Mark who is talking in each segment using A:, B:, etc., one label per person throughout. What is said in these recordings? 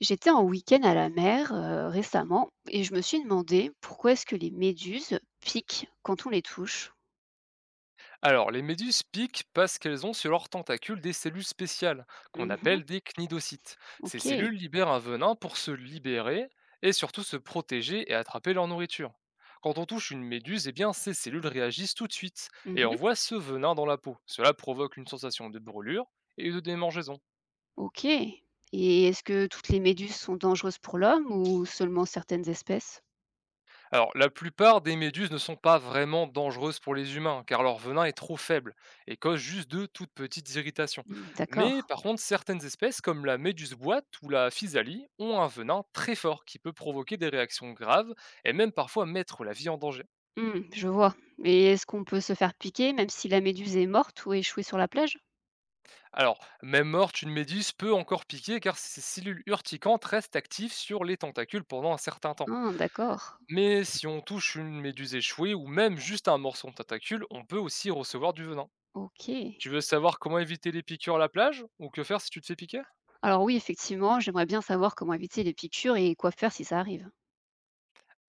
A: J'étais en week-end à la mer récemment et je me suis demandé pourquoi est-ce que les méduses piquent quand on les touche.
B: Alors, les méduses piquent parce qu'elles ont sur leurs tentacules des cellules spéciales, qu'on
A: Mhm,
B: appelle des cnidocytes. Ces
A: ok,
B: cellules libèrent un venin pour se libérer et surtout se protéger et attraper leur nourriture. Quand on touche une méduse, eh bien, ces cellules réagissent tout de suite et
A: mhm,
B: envoient ce venin dans la peau. Cela provoque une sensation de brûlure et de démangeaison.
A: ok. Et est-ce que toutes les méduses sont dangereuses pour l'homme ou seulement certaines espèces?
B: Alors, la plupart des méduses ne sont pas vraiment dangereuses pour les humains, car leur venin est trop faible et cause juste de toutes petites irritations.
A: Hmm, d'accord.
B: Mais par contre, certaines espèces, comme la méduse boîte ou la physalie, ont un venin très fort qui peut provoquer des réactions graves et même parfois mettre la vie en danger.
A: Hmm, je vois. Et est-ce qu'on peut se faire piquer même si la méduse est morte ou échouée sur la plage?
B: Alors, même morte, une méduse peut encore piquer car ses cellules urticantes restent actives sur les tentacules pendant un certain temps.
A: Ah, d'accord.
B: Mais si on touche une méduse échouée ou même juste un morceau de tentacule, on peut aussi recevoir du venin.
A: Ok.
B: Tu veux savoir comment éviter les piqûres à la plage ou que faire si tu te fais piquer?
A: Alors oui, effectivement, j'aimerais bien savoir comment éviter les piqûres et quoi faire si ça arrive.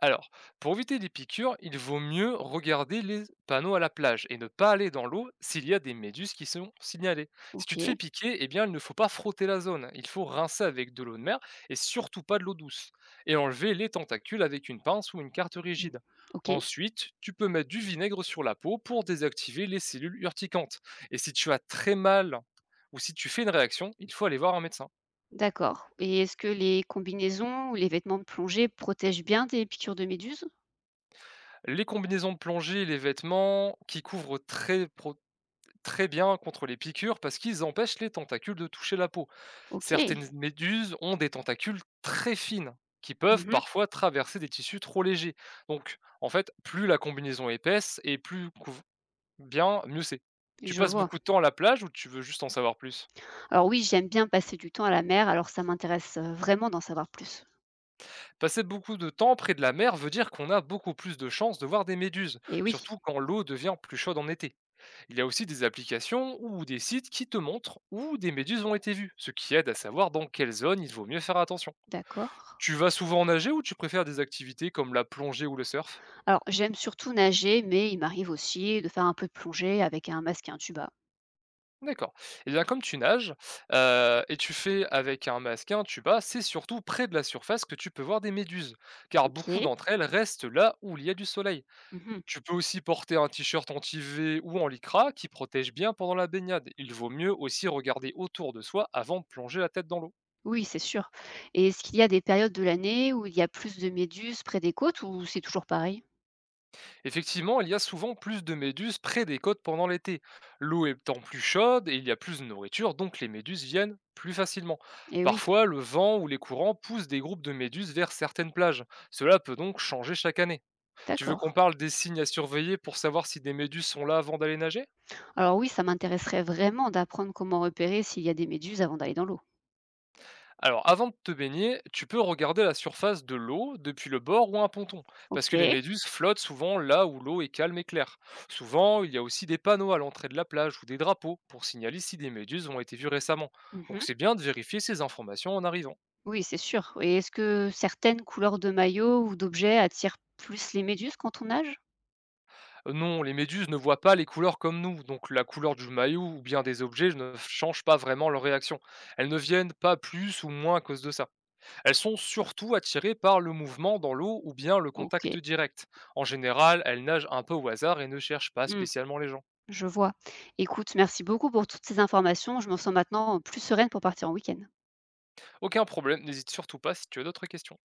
B: Alors, pour éviter les piqûres, il vaut mieux regarder les panneaux à la plage et ne pas aller dans l'eau s'il y a des méduses qui sont signalées. Si tu
A: Ok.
B: te fais piquer, eh bien, il ne faut pas frotter la zone. Il faut rincer avec de l'eau de mer et surtout pas de l'eau douce. Et enlever les tentacules avec une pince ou une carte
A: Hmm,
B: rigide.
A: ok.
B: Ensuite, tu peux mettre du vinaigre sur la peau pour désactiver les cellules urticantes. Et si tu as très mal ou si tu fais une réaction, il faut aller voir un médecin.
A: D'accord, et est-ce que les combinaisons ou les vêtements de plongée protègent bien des piqûres de méduses?
B: Les combinaisons de plongée et les vêtements qui couvrent très, très bien contre les piqûres parce qu'ils empêchent les tentacules de toucher la peau. Certaines
A: OK.
B: méduses ont des tentacules très fines qui peuvent
A: Mmh.
B: parfois traverser des tissus trop légers. Donc, en fait, plus la combinaison est épaisse et plus bien, mieux c'est. Tu
A: Je
B: passes
A: vois.
B: beaucoup de temps à la plage ou tu veux juste en savoir plus.
A: Alors oui, j'aime bien passer du temps à la mer, alors ça m'intéresse, vraiment d'en savoir plus.
B: Passer beaucoup de temps près de la mer veut dire qu'on a beaucoup plus de chances de voir des méduses,
A: Et oui,
B: surtout quand l'eau devient plus chaude en été. Il y a aussi des applications ou des sites qui te montrent où des méduses ont été vues, ce qui aide à savoir dans quelle zone il vaut mieux faire attention.
A: d'accord.
B: Tu vas souvent nager ou tu préfères des activités comme la plongée ou le surf?
A: Alors j'aime surtout nager, mais il m'arrive aussi de faire un peu de plongée avec un masque et un tuba.
B: D'accord. Et bien comme tu nages et tu fais avec un masque et un tuba, c'est surtout près de la surface que tu peux voir des méduses, car beaucoup
A: OK.
B: d'entre elles restent là où il y a du soleil.
A: Mmh.
B: Tu peux aussi porter un t-shirt anti-UV ou en lycra qui protège bien pendant la baignade. Il vaut mieux aussi regarder autour de soi avant de plonger la tête dans l'eau.
A: Oui, c'est sûr, et est-ce qu'il y a des périodes de l'année où il y a plus de méduses près des côtes ou c'est toujours pareil?
B: Effectivement, il y a souvent plus de méduses près des côtes pendant l'été. L'eau étant plus chaude et il y a plus de nourriture, donc les méduses viennent plus facilement.
A: Eh oui,
B: Parfois, le vent ou les courants poussent des groupes de méduses vers certaines plages. Cela peut donc changer chaque année. Tu veux qu'on
A: d'accord.
B: parle des signes à surveiller pour savoir si des méduses sont là avant d'aller nager?
A: Alors oui, ça m'intéresserait vraiment d'apprendre comment repérer s'il y a des méduses avant d'aller dans l'eau.
B: Alors, avant de te baigner, tu peux regarder la surface de l'eau depuis le bord ou un ponton, parce que les
A: Ok.
B: méduses flottent souvent là où l'eau est calme et claire. Souvent, il y a aussi des panneaux à l'entrée de la plage ou des drapeaux pour signaler si des méduses ont été vues récemment. Donc,
A: Mhm.
B: c'est bien de vérifier ces informations en arrivant.
A: Oui, c'est sûr. Et est-ce que certaines couleurs de maillots ou d'objets attirent plus les méduses quand on nage?
B: Non, les méduses ne voient pas les couleurs comme nous, donc la couleur du maillot ou bien des objets ne change pas vraiment leur réaction. Elles ne viennent pas plus ou moins à cause de ça. Elles sont surtout attirées par le mouvement dans l'eau ou bien le
A: Ok.
B: contact direct. En général, elles nagent un peu au hasard et ne cherchent pas
A: Hmm,
B: spécialement les gens.
A: je vois. Écoute, merci beaucoup pour toutes ces informations. Je me sens maintenant plus sereine pour partir en week-end.
B: Aucun problème, n'hésite surtout pas si tu as d'autres questions.